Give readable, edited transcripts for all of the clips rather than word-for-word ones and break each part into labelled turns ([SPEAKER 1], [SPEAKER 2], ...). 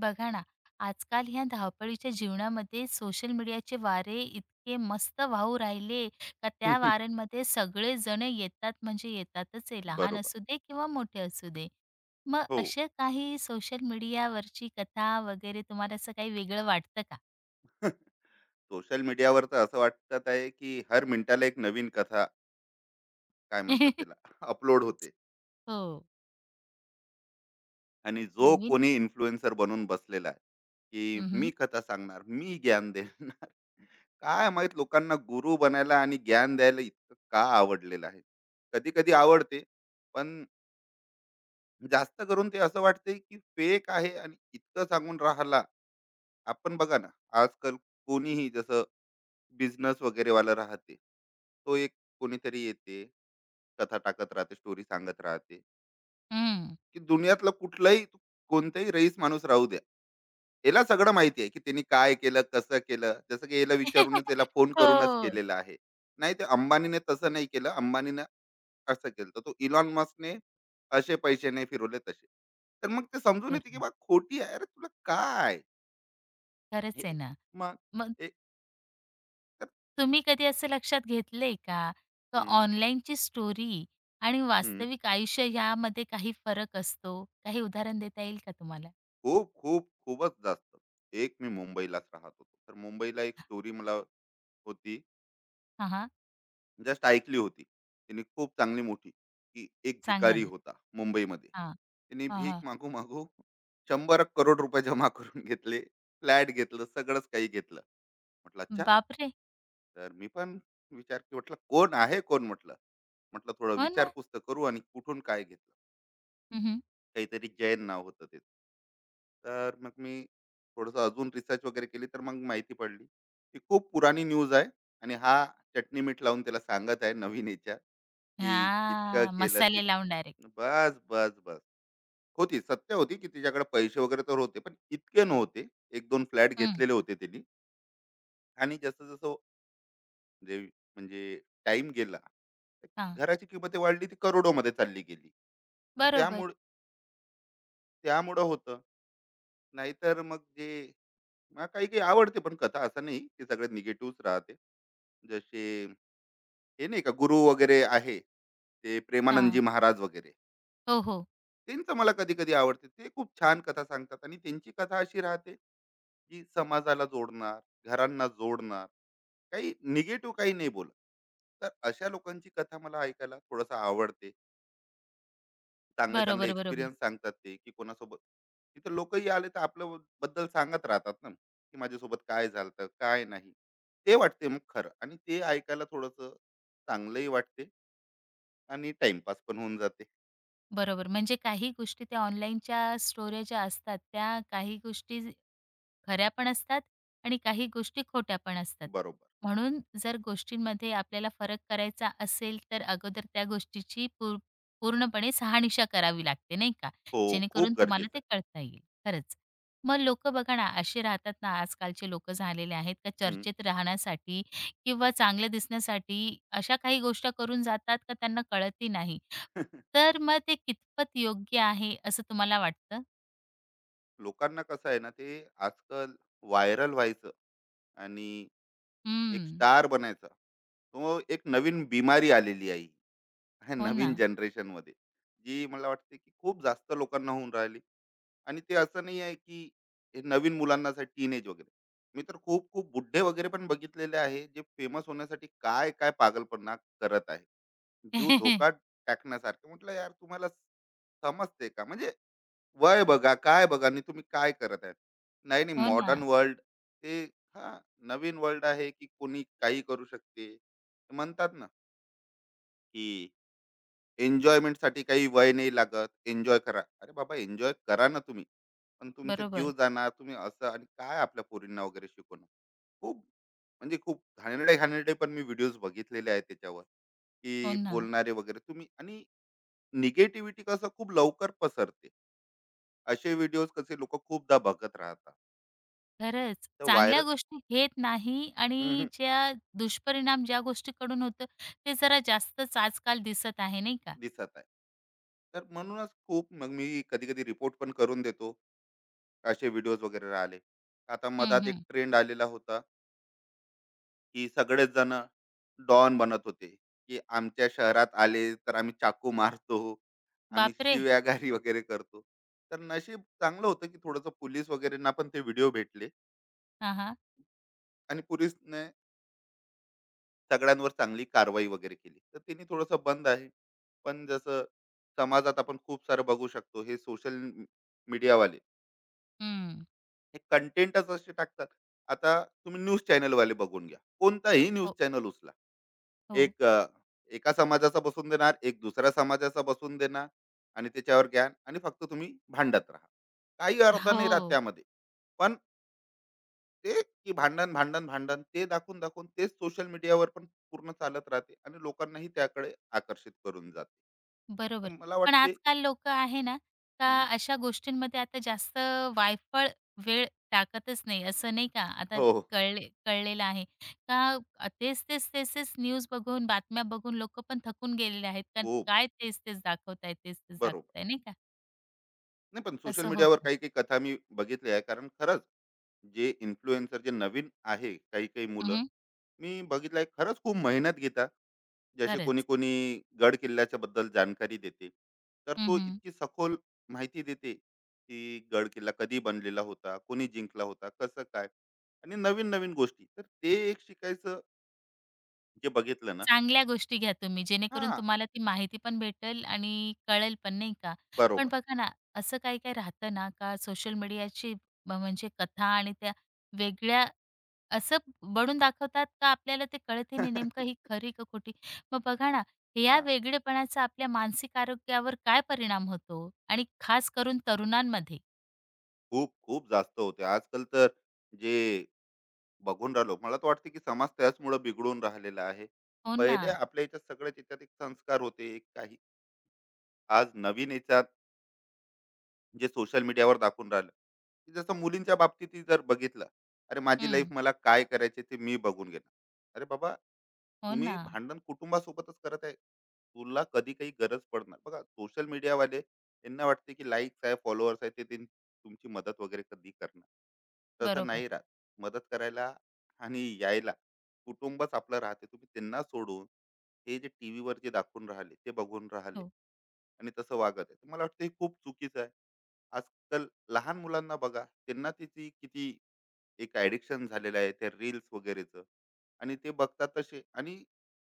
[SPEAKER 1] बघा ना, आजकाल ह्या धावपळीच्या जीवनामध्ये सोशल मीडियाचे वारे इतके मस्त वाहू राहिले का त्या वाऱ्यांमध्ये सगळेजण येतात म्हणजे येतातच आहे. लहान
[SPEAKER 2] बरोबर.
[SPEAKER 1] असू दे किंवा मोठे असू दे. मग
[SPEAKER 2] हो.
[SPEAKER 1] अशा काही सोशल मीडियावरची कथा वगैरे तुम्हाला असं काही वेगळं वाटतं का?
[SPEAKER 2] सोशल मीडियावर तर असं वाटत आहे की हर मिनिटाला एक नवीन कथा काय म्हणतात त्याला अपलोड होते.
[SPEAKER 1] हो.
[SPEAKER 2] आणि जो
[SPEAKER 1] नवीन.
[SPEAKER 2] कोणी इन्फ्लुएन्सर बनून बसलेला आहे की
[SPEAKER 1] हं,
[SPEAKER 2] मी
[SPEAKER 1] हं.
[SPEAKER 2] कथा सांगणार, मी ज्ञान देणार. काय माहित लोकांना गुरु बनायला आणि ज्ञान द्यायला इतकं का आवडलेलं आहे. कधी कधी आवडते, पण जास्त करून ते असं वाटते की फेक आहे आणि इतकं सांगून राहिला. आपण बघा ना, आजकाल कोणीही जसं बिझनेस वगैरे वाला राहते. तो एक कोणीतरी येते, कथा टाकत राहते, स्टोरी सांगत राहते, की दुनियातला कुठलाही कोणताही रईस माणूस राहू द्या. याला सगळं माहिती आहे, की त्यांनी काय केलं, कसं केलं. जसं की याला विचारूनच, याला फोन करूनच
[SPEAKER 1] हो.
[SPEAKER 2] केलेलं आहे. नाही ते अंबानीने तसं नाही केलं, अंबानीने असं केलं. तर तो इलॉन मस्कने असे पैसे नाही फिरवले तसे. तर मग ते समजून येते, की
[SPEAKER 1] बरोबर.
[SPEAKER 2] बा खोटी आहे. अरे तुला काय? हे,
[SPEAKER 1] खरंच आहे ना.
[SPEAKER 2] मग
[SPEAKER 1] मग
[SPEAKER 2] एक, तर
[SPEAKER 1] तुम्ही कधी असं लक्षात घेतलंय का, का
[SPEAKER 2] हं,
[SPEAKER 1] ऑनलाईनची स्टोरी आणि
[SPEAKER 2] हं.
[SPEAKER 1] वास्तविक आयुष्य यामध्ये काही फरक असतो? काही उदाहरण देता येईल का तुम्हाला?
[SPEAKER 2] खूप खूप खूपच जास्त. एक मी मुंबईलाच राहत होतो. तर मुंबईला एक स्टोरी मला होती,
[SPEAKER 1] हां, हां.
[SPEAKER 2] जस्ट ऐकली होती. तिने खूप चांगली मोठी, की एक
[SPEAKER 1] सांगा
[SPEAKER 2] भिकारी
[SPEAKER 1] ना.
[SPEAKER 2] होता मुंबईमध्ये.
[SPEAKER 1] हां,
[SPEAKER 2] त्याने
[SPEAKER 1] हां,
[SPEAKER 2] भीक
[SPEAKER 1] हां.
[SPEAKER 2] मागू-मागू 100 करोड रुपये जमा करून घेतले. फ्लॅट घेतलं, सगळंच काही घेतलं. म्हटलं, "अच्छा."
[SPEAKER 1] बापरे!
[SPEAKER 2] तर मी पण विचार की म्हटलं, "कोण आहे कोण?" म्हटलं. म्हटलं, "थोडं
[SPEAKER 1] हो ना.
[SPEAKER 2] विचारपूस तर करू आणि कुठून काय घेतलं?"
[SPEAKER 1] हं, हं.
[SPEAKER 2] काहीतरी जैन नाव होतं ते. तर मग मी थोडंसं अजून रिसर्च वगैरे केली, तर मग माहिती पडली, की खूप पुराणी न्यूज आहे आणि हा चटणी-मीठ लावून त्याला सांगत आहे नवीन याच्यात, की इतकं केलं तित
[SPEAKER 1] मसाले लावून डायरेक्ट.
[SPEAKER 2] बस. होती सत्य होती, की तिच्याकडे पैसे वगैरे तर होते, पण इतके नव्हते. 1, 2 फ्लॅट
[SPEAKER 1] हं,
[SPEAKER 2] घेतलेले होते तिनी आणि जसं-जसं जे म्हणजे टाईम गेला,
[SPEAKER 1] हां.
[SPEAKER 2] घराची किंमत वाढली, ती करोडोमध्ये चालली गेली. तर
[SPEAKER 1] बरोबर.
[SPEAKER 2] त्यामुळं त्यामुळं होतं. नाहीतर मग जे मला काही काही आवडते, पण कथा असं नाही की सगळे निगेटिव्हच राहते. जसे हे नाही का गुरु वगैरे आहे, ते प्रेमानंदजी
[SPEAKER 1] हां.
[SPEAKER 2] महाराज वगैरे.
[SPEAKER 1] हो, हो.
[SPEAKER 2] त्यांचं मला कधी-कधी आवडते. ते खूप छान कथा सांगतात आणि त्यांची कथा अशी राहते, की समाजाला जोडणार, घरांना जोडणार, काही निगेटिव्ह काही नाही बोलत. तर अशा लोकांची कथा मला ऐकायला थोडंसं आवडते. चांगले चांगले
[SPEAKER 1] बरोबर, बरोबर.
[SPEAKER 2] एक्सपिरियन्स सांगतात ते की कोणासोबत तिथे लोकही आले तर आपलं बद्दल सांगत राहतात ना, की माझ्यासोबत काय झालं काय नाही, ते वाटते मग खरं आणि ते ऐकायला थोडंसं चांगलंही वाटते आणि टाइमपास पण होऊन जाते.
[SPEAKER 1] बरोबर. म्हणजे काही गोष्टी त्या ऑनलाईनच्या स्टोऱ्या ज्या असतात, त्या काही गोष्टी खऱ्या पण असतात आणि काही गोष्टी खोट्या पण असतात.
[SPEAKER 2] बरोबर.
[SPEAKER 1] म्हणून जर गोष्टींमध्ये आपल्याला फरक करायचा असेल, तर अगोदर त्या गोष्टीची पूर्णपणे शहानिशा करावी लागते, नाही का?
[SPEAKER 2] हो, खूप
[SPEAKER 1] जेणेकरून तुम्हाला
[SPEAKER 2] गरजेचं
[SPEAKER 1] ते कळता येईल. खरंच. मग लोकं बघा ना, असे राहतात ना आजकालचे लोकं झालेले आहेत का
[SPEAKER 2] आहे. हम्म.
[SPEAKER 1] चर्चेत राहण्यासाठी किंवा चांगलं दिसण्यासाठी अशा काही गोष्टी करून जातात का त्यांना कळतही नाही. तर मग ते कितपत योग्य आहे असं तुम्हाला वाटतं?
[SPEAKER 2] लोकांना कसं आहे ना, ते आजकाल व्हायरल व्हायचं आणि एक
[SPEAKER 1] हं.
[SPEAKER 2] स्टार बनायचा, तो एक नवीन बिमारी आलेली आहे ह्या
[SPEAKER 1] हो ना.
[SPEAKER 2] नवीन जनरेशन मध्ये, जी मला वाटते की खूप जास्त लोकांना होऊन राहिली. आणि ते असं नाही आहे की हे नवीन मुलांनासाठी टीनेज वगैरे. मी तर खूप खूप बुड्ढे वगैरे पण बघितलेले आहे, जे फेमस होण्यासाठी काय काय पागलपणा करत आहे, जीव धोका टाकण्यासारखं. म्हटलं यार तुम्हाला समजते का, म्हणजे वय बघा काय बघा आणि तुम्ही काय करत आहे. नाही नाही,
[SPEAKER 1] हो ना.
[SPEAKER 2] मॉडर्न वर्ल्ड, ते, हा नवीन वर्ल्ड आहे की कोणी काही करू शकते. म्हणतात ना की एन्जॉयमेंट साठी काही वय नाही लागत, एन्जॉय करा. अरे बाबा, एन्जॉय करा ना तुम्ही, पण तुमचे जीव
[SPEAKER 1] बरोबर.
[SPEAKER 2] जाणार तुम्ही असं, आणि काय आपल्या पोरींना वगैरे शिकवणार. खूप म्हणजे खूप घाणेरडे घाणेरडे पण मी व्हिडिओज बघितलेले आहेत त्याच्यावर,
[SPEAKER 1] हो
[SPEAKER 2] की
[SPEAKER 1] ना.
[SPEAKER 2] बोलणारे वगैरे तुम्ही, आणि निगेटिव्हिटी कसं खूप लवकर पसरते, असे व्हिडिओज कसे लोक खूपदा बघत राहतात.
[SPEAKER 1] खरंच.
[SPEAKER 2] तर
[SPEAKER 1] चांगल्या
[SPEAKER 2] व्हायरल,
[SPEAKER 1] गोष्टी घेत नाही आणि ज्या दुष्परिणाम ज्या गोष्टीकडून होतं, ते जरा जास्तच आजकाल दिसत आहे, नाही का?
[SPEAKER 2] दिसत आहे. तर म्हणूनच खूप, मग मी कधी कधी रिपोर्ट पण करून देतो असे व्हिडिओज वगैरे राहिले. आता
[SPEAKER 1] हं,
[SPEAKER 2] मधात एक
[SPEAKER 1] हं.
[SPEAKER 2] ट्रेंड आलेला होता, की सगळेच जण डॉन बनत होते की आमच्या शहरात आले तर आम्ही चाकू मारतो, आम्ही
[SPEAKER 1] बापरे!
[SPEAKER 2] शिव्यागारी वगैरे करतो. तर नशीब चांगलं होतं की थोडंसं पोलीस वगैरेंना पण ते व्हिडिओ भेटले
[SPEAKER 1] हां, हां.
[SPEAKER 2] आणि पोलीसने सगळ्यांवर चांगली कारवाई वगैरे केली, तर त्यांनी थोडंसं बंद आहे. पण जसं समाजात आपण खूप सारं बघू शकतो, हे सोशल मीडियावाले
[SPEAKER 1] हं.
[SPEAKER 2] हे कंटेंटच असे टाकतात. आता तुम्ही न्यूज चॅनलवाले बघून घ्या, कोणताही न्यूज
[SPEAKER 1] हो,
[SPEAKER 2] चॅनल उचला.
[SPEAKER 1] हो.
[SPEAKER 2] एक अ, एका समाजाचा बसून देणार, एक दुसऱ्या समाजाचा बसून देणार आणि त्याच्यावर ज्ञान, आणि फक्त तुम्ही भांडत राहा. काही अर्थ नाही राहत
[SPEAKER 1] हो.
[SPEAKER 2] त्यामध्ये. पण ते की भांडण, भांडण, भांडण, ते दाखवून-दाखवून तेच सोशल मीडियावर पण पूर्ण चालत राहते आणि लोकांनाही त्याकडे आकर्षित करून जाते.
[SPEAKER 1] बरोबर.
[SPEAKER 2] तर मला
[SPEAKER 1] पण
[SPEAKER 2] वाटते.
[SPEAKER 1] आजकाल लोकं आहे ना, का
[SPEAKER 2] हं.
[SPEAKER 1] अशा गोष्टींमध्ये आता जास्त वायफळ वेळ टाकतच नाही, असं नाही का? आता
[SPEAKER 2] हो, हो.
[SPEAKER 1] कळलेलं आहे का तेच, तेच, तेच, तेच न्यूज बघून, बातम्या बघून लोकं पण थकून गेलेले आहेत. कारण
[SPEAKER 2] खूप.
[SPEAKER 1] काय तेच, तेच दाखवताय, तेच, तेच
[SPEAKER 2] बरोबर.
[SPEAKER 1] दाखवताय, नाही का?
[SPEAKER 2] नाही पण सोशल
[SPEAKER 1] असं
[SPEAKER 2] मीडियावर
[SPEAKER 1] होतं.
[SPEAKER 2] काही-काही कथा मी बघितली आहे, कारण खरंच जे इन्फ्लुएन्सर जे नवीन आहे काही-काही मुलं,
[SPEAKER 1] हं,
[SPEAKER 2] मी बघितलं आहे खरंच खूप मेहनत घेतात. जसे कोणी
[SPEAKER 1] खरंच.
[SPEAKER 2] कोणी गड किल्ल्याच्या बद्दल जानकारी देते, तर तो
[SPEAKER 1] हं,
[SPEAKER 2] इतकी सखोल माहिती देते की गड किल्ला कधी बनलेला होता, कोणी जिंकला होता, कसं काय, आणि नवीन नवीन गोष्टी, तर ते एक शिकायचं जे बघितलं ना.
[SPEAKER 1] चांगल्या गोष्टी घ्या तुम्ही,
[SPEAKER 2] हा,
[SPEAKER 1] जेणेकरून तुम्हाला ती माहिती पण भेटेल आणि कळेल पण नाही का. पण
[SPEAKER 2] बरोबर.
[SPEAKER 1] बघा ना, असं काही-काही राहतं ना, का सोशल मीडियाची म्हणजे कथा आणि त्या वेगळ्या असं बनवून दाखवतात का आपल्याला ते कळतही नाही नेमकं ही खरी का खोटी. मग बघा ना,
[SPEAKER 2] हा,
[SPEAKER 1] या वेगळेपणाचा आपल्या मानसिक आरोग्यावर काय परिणाम होतो आणि खास करून तरुणांमध्ये?
[SPEAKER 2] खूप खूप जास्त होते आजकाल तर. जे बघून राहिलो, मला तर वाटतं की समाज त्याचमुळे बिघडून राहिलेला आहे.
[SPEAKER 1] हो ना.
[SPEAKER 2] पहिले आपल्या याच्यात सगळ्याच याच्यात एक संस्कार होते, एक काही. आज नवीन याच्यात जे सोशल मीडियावर दाखवून राहिलं, की जसं मुलींच्या बाबतीत जर बघितलं, अरे माझी
[SPEAKER 1] हं.
[SPEAKER 2] लाईफ मला काय करायचे ते मी बघून घेणार. अरे बाबा
[SPEAKER 1] हो
[SPEAKER 2] तुम्ही
[SPEAKER 1] ना.
[SPEAKER 2] भांडण कुटुंबासोबतच करत आहे, तुला कधी काही गरज पडणार बघा, सोशल मीडियावाले यांना वाटते की लाईक्स आहे, फॉलोअर्स आहे, ते तुमची मदत वगैरे कधी करणार, तसं
[SPEAKER 1] बरोबर.
[SPEAKER 2] नाही राहत. मदत करायला आणि यायला कुटुंबच आपलं राहते, तुम्ही त्यांना सोडून हे जे टी व्हीवर जे दाखवून राहिले ते बघून राहिले
[SPEAKER 1] हो.
[SPEAKER 2] आणि तसं वागत आहे, तर मला वाटतं हे खूप चुकीचं आहे. आजकाल लहान मुलांना बघा, त्यांना त्याची किती एक ऍडिक्शन झालेलं आहे त्या रील्स वगैरेचं, आणि ते बघतात तसे आणि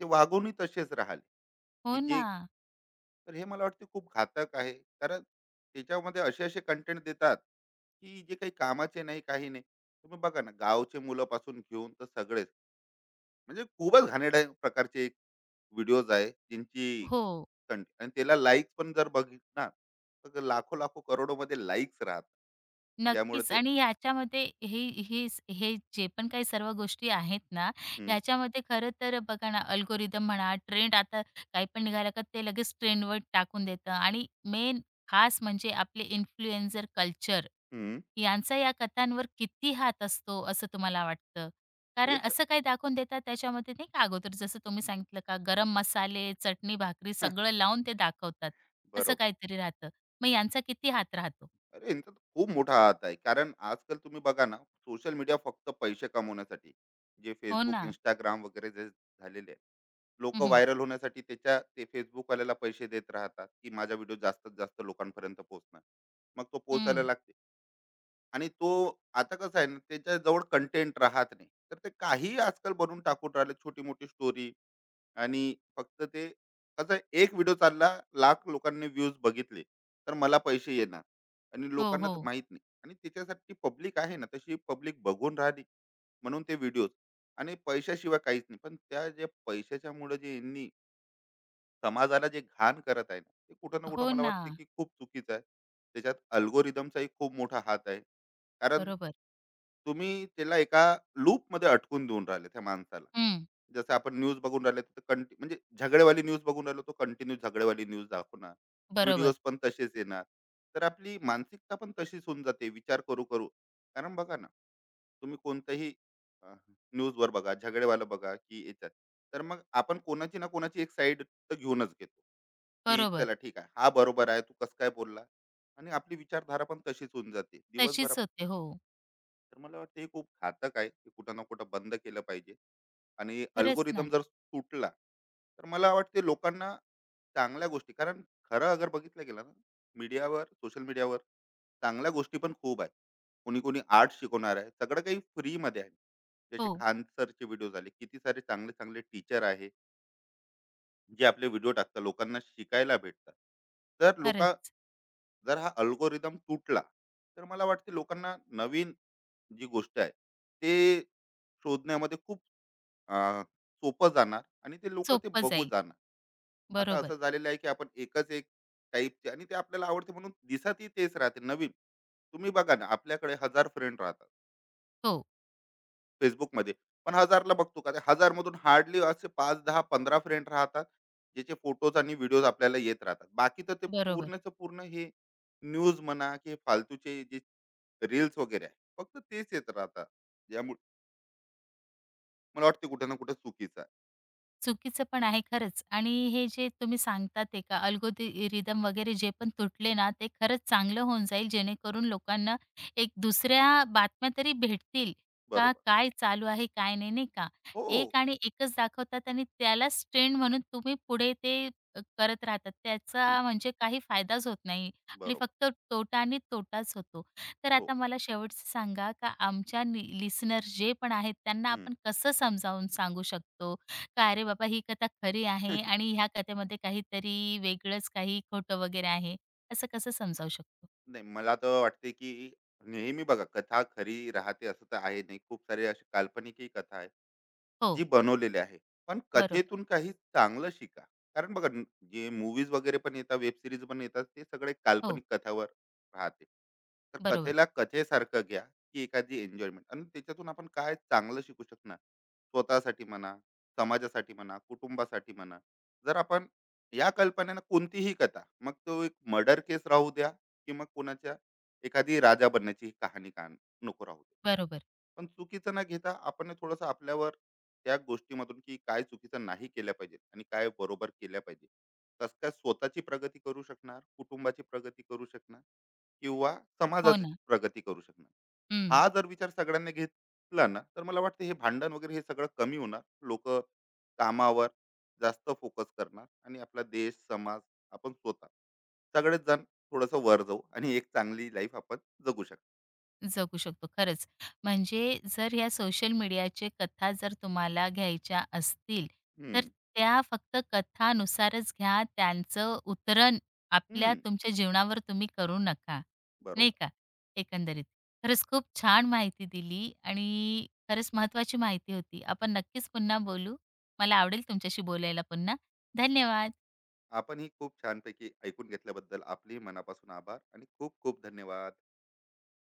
[SPEAKER 2] ते वागूनही तसेच राहिले
[SPEAKER 1] हो
[SPEAKER 2] की
[SPEAKER 1] ना.
[SPEAKER 2] जे. तर हे मला वाटते खूप घातक आहे, कारण त्याच्यामध्ये असे असे कंटेंट देतात की जे काही कामाचे नाही, काही नाही. तुम्ही बघा ना, गावचे मुलं पासून घेऊन तर सगळेच म्हणजे खूपच घाणेरड्या प्रकारचे एक व्हिडिओज आहे ज्यांची
[SPEAKER 1] हो.
[SPEAKER 2] कंटेंट, आणि त्याला लाईक्स पण जर बघितणार, तर लाखो लाखो करोडो मध्ये लाईक्स राहतात, ज्यामुळे
[SPEAKER 1] नक्कीच
[SPEAKER 2] ते
[SPEAKER 1] आणि ह्याच्यामध्ये हे हे स- हे जे पण काही सर्व गोष्टी आहेत ना
[SPEAKER 2] हं,
[SPEAKER 1] ह्याच्यामध्ये खरं तर बघा ना अल्गोरिदम म्हणा ट्रेंड आता काही पण निघालं का ते लगेच ट्रेंडवर टाकून देतं आणि मेन खास म्हणजे आपले इन्फ्लुएन्झर कल्चर
[SPEAKER 2] हं,
[SPEAKER 1] यांचा या कथांवर किती हात असतो असं तुम्हाला वाटतं कारण
[SPEAKER 2] तेच.
[SPEAKER 1] असं काही दाखवून देतात त्याच्यामध्ये नाही का अगोदर जसं तुम्ही सांगितलं का गरम मसाले चटणी भाकरी सगळं लावून ते दाखवतात असं
[SPEAKER 2] बरोबर.
[SPEAKER 1] काहीतरी राहतं मग यांचा किती हात राहतो
[SPEAKER 2] अरे, यांचा तर खूप मोठा हात आहे. कारण आजकाल तुम्ही बघा ना, सोशल मीडिया फक्त पैसे कमवण्यासाठी, जे
[SPEAKER 1] हो
[SPEAKER 2] Facebook,
[SPEAKER 1] ना.
[SPEAKER 2] Instagram वगैरे जे झालेले आहेत. लोकं
[SPEAKER 1] उम्हम.
[SPEAKER 2] व्हायरल होण्यासाठी त्याच्या ते Facebookवाल्याला पैसे देत राहतात, की माझा व्हिडिओ जास्तीत जास्त लोकांपर्यंत पोहोचणार. मग तो पोहोचायला
[SPEAKER 1] हं.
[SPEAKER 2] लागते आणि तो आता कसं आहे ना, त्याच्याजवळ कंटेंट राहत नाही. तर ते काहीही आजकाल बनवून टाकून राहिले, छोटी-मोठी स्टोरी, आणि फक्त ते असं एक व्हिडिओ चालला, लाख लोकांनी व्ह्यूज बघितले, तर मला पैसे येणार. आणि
[SPEAKER 1] हो,
[SPEAKER 2] लोकांना तर
[SPEAKER 1] हो.
[SPEAKER 2] माहीत नाही आणि त्याच्यासाठी पब्लिक आहे ना, तशी पब्लिक बघून राहिली म्हणून ते व्हिडिओज. आणि पैशाशिवाय काहीच नाही, पण त्या ज्या पैशाच्यामुळे जे यांनी समाजाला जे घाण करत आहे ना, ते कुठं ना कुठं
[SPEAKER 1] हो
[SPEAKER 2] मला
[SPEAKER 1] ना.
[SPEAKER 2] वाटते की खूप चुकीचं आहे. त्याच्यात अल्गोरिदमचाही खूप मोठा हात आहे, कारण
[SPEAKER 1] बरोबर.
[SPEAKER 2] तुम्ही त्याला एका लूपमध्ये अटकून देऊन राहिले त्या माणसाला.
[SPEAKER 1] हं.
[SPEAKER 2] जसं आपण न्यूज बघून राहिले, तर कंटि म्हणजे झगडेवाली न्यूज बघून राहिलो, तो कंटिन्यू झगडेवाली न्यूज दाखवणार,
[SPEAKER 1] बरोबर,
[SPEAKER 2] व्हिडिओज पण तसेच येणार. तर आपली मानसिकता पण तशीच होऊन जाते, विचार करू करू. कारण बघा ना, तुम्ही कोणत्याही न्यूजवर बघा, झगडेवालं बघा की याच्यात, तर मग आपण कोणाची ना कोणाची एक साईड तर घेऊनच घेतो, की
[SPEAKER 1] बरोबर.
[SPEAKER 2] चला ठीक आहे, हा बरोबर आहे, तू कसं काय बोलला. आणि आपली विचारधारा पण तशीच होऊन जाते दिवसभर
[SPEAKER 1] तशीच होते. हो.
[SPEAKER 2] तर मला वाटतं हे खूप घातक आहे, हे कुठं ना कुठं बंद केलं पाहिजे. आणि
[SPEAKER 1] खरंच ना.
[SPEAKER 2] अल्गोरिदम जर सुटला, तर मला वाटते लोकांना चांगल्या गोष्टी, कारण खरं अगर बघितलं गेलं ना, मीडियावर सोशल मीडियावर चांगल्या गोष्टी पण खूप आहे. कोणी कोणी आर्ट शिकवणार आहे, सगळं काही फ्रीमध्ये आहे. जसे
[SPEAKER 1] हो,
[SPEAKER 2] खान सरचे व्हिडिओ झाले, किती सारे चांगले चांगले टीचर आहे जे आपले व्हिडिओ टाकतात, लोकांना शिकायला भेटतात. तर लोक,
[SPEAKER 1] खरंच.
[SPEAKER 2] जर हा अल्गोरिदम तुटला, तर मला वाटते लोकांना नवीन जी गोष्ट आहे ते शोधण्यामध्ये खूप सोपं जाणार आणि ते लोक ते
[SPEAKER 1] सोपं
[SPEAKER 2] बघू
[SPEAKER 1] जाईल.
[SPEAKER 2] जाणार. आता
[SPEAKER 1] बरोबर.
[SPEAKER 2] असं झालेलं आहे की आपण एकच एक टाईपचे, आणि ते आपल्याला आवडते म्हणून दिसतही तेच राहते नवीन. तुम्ही बघा ना, आपल्याकडे हजार फ्रेंड राहतात
[SPEAKER 1] हो,
[SPEAKER 2] Facebookमध्ये. पण हजारला बघतो का, ते हजारमधून हार्डली असे 5, 10, 15 फ्रेंड राहतात, ज्याचे फोटोज आणि व्हिडिओज आपल्याला येत राहतात. बाकी तर ते
[SPEAKER 1] बरोबर.
[SPEAKER 2] पूर्णचं पूर्ण हे न्यूज म्हणा की हे फालतूचे जे रील्स वगैरे आहे, फक्त तेच येत राहतात. ज्यामुळे मला वाटते कुठे ना कुठे चुकीचं आहे.
[SPEAKER 1] चुकीचं पण आहे खरंच आणि हे जे तुम्ही सांगता ते का रिदम वगैरे जे पण तुटले ना ते खरंच चांगलं होऊन जाईल जेणेकरून लोकांना एक दुसऱ्या बातम्या तरी भेटतील का
[SPEAKER 2] बरोबर.
[SPEAKER 1] काय चालू आहे काय नाही नाही का एक
[SPEAKER 2] हो.
[SPEAKER 1] आणि एकच दाखवतात आणि त्यालाच ट्रेंड म्हणून तुम्ही पुढे ते करत राहतात
[SPEAKER 2] हं,
[SPEAKER 1] त्याचा म्हणजे काही फायदाच होत नाही आणि
[SPEAKER 2] बरोबर.
[SPEAKER 1] फक्त तोटा आणि तोटाच होतो तर
[SPEAKER 2] हो.
[SPEAKER 1] आता मला शेवटचं सांगा का आमच्या लिसनर जे पण आहेत त्यांना
[SPEAKER 2] हं.
[SPEAKER 1] आपण कसं समजावून सांगू शकतो का अरे बाबा ही कथा खरी आहे आणि ह्या कथेमध्ये काहीतरी वेगळंच काही खोटं वगैरे आहे, असं कसं समजावू शकतो?
[SPEAKER 2] नाही मला तर वाटते की नेहमी बघा कथा खरी राहते असं तर आहे नाही. खूप सारे असे काल्पनिकही कथा आहे,
[SPEAKER 1] हो,
[SPEAKER 2] जी बनवलेली आहे. पण
[SPEAKER 1] बरोबर.
[SPEAKER 2] कथेतून काही चांगलं शिका. कारण बघा न, जे मूव्हीज वगैरे पण येतात, वेब सीरीज पण येतात, ते सगळे
[SPEAKER 1] हो,
[SPEAKER 2] काल्पनिक कथावर राहते. तर
[SPEAKER 1] बरोबर,
[SPEAKER 2] कथेला कथेसारखं घ्या, की एखादी एन्जॉयमेंट आणि त्याच्यातून आपण काय चांगलं शिकू शकणार. स्वतःसाठी म्हणा, समाजासाठी म्हणा, कुटुंबासाठी म्हणा. जर आपण या कल्पनेनं कोणतीही कथा, मग तो एक मर्डर केस राहू द्या, की मग कोणाच्या एखादी राजा बनण्याची कहाणी का नको, राहू द्या.
[SPEAKER 1] बरोबर.
[SPEAKER 2] पण चुकीचं न घेता आपण थोडस आपल्यावर त्या गोष्टीमधून की काय चुकीचं नाही केल्या पाहिजे आणि काय बरोबर केल्या पाहिजे, कस काय स्वतःची प्रगती करू शकणार, कुटुंबाची प्रगती करू शकणार किंवा
[SPEAKER 1] हो
[SPEAKER 2] समाजाची
[SPEAKER 1] ना.
[SPEAKER 2] प्रगती करू शकणार.
[SPEAKER 1] हं.
[SPEAKER 2] हा जर विचार सगळ्यांनी घेतला ना, तर मला वाटतं हे भांडण वगैरे हे सगळं कमी होणार. लोक कामावर जास्त फोकस करणार आणि आपला देश, समाज, आपण स्वतः, सगळेच जण थोडस वर जाऊ आणि एक चांगली लाईफ आपण जगू शकतो.
[SPEAKER 1] जगू शकतो खरंच. म्हणजे जर ह्या सोशल मीडियाचे कथा जर तुम्हाला घ्यायच्या असतील, तर
[SPEAKER 2] हम्म.
[SPEAKER 1] त्या फक्त कथानुसारच घ्या. त्यांचं उतरण आपल्या
[SPEAKER 2] हम्म.
[SPEAKER 1] तुमच्या जीवनावर तुम्ही करू नका, नाही
[SPEAKER 2] बरोबर.
[SPEAKER 1] का? एकंदरीत. खरंच खूप छान माहिती दिली आणि खरंच महत्त्वाची माहिती होती. आपण नक्कीच पुन्हा बोलू. मला आवडेल तुमच्याशी बोलायला पुन्हा. धन्यवाद.
[SPEAKER 2] आपणही खूप छानपैकी ऐकून घेतल्याबद्दल आपलेही मनापासून आभार आणि खूप खूप धन्यवाद.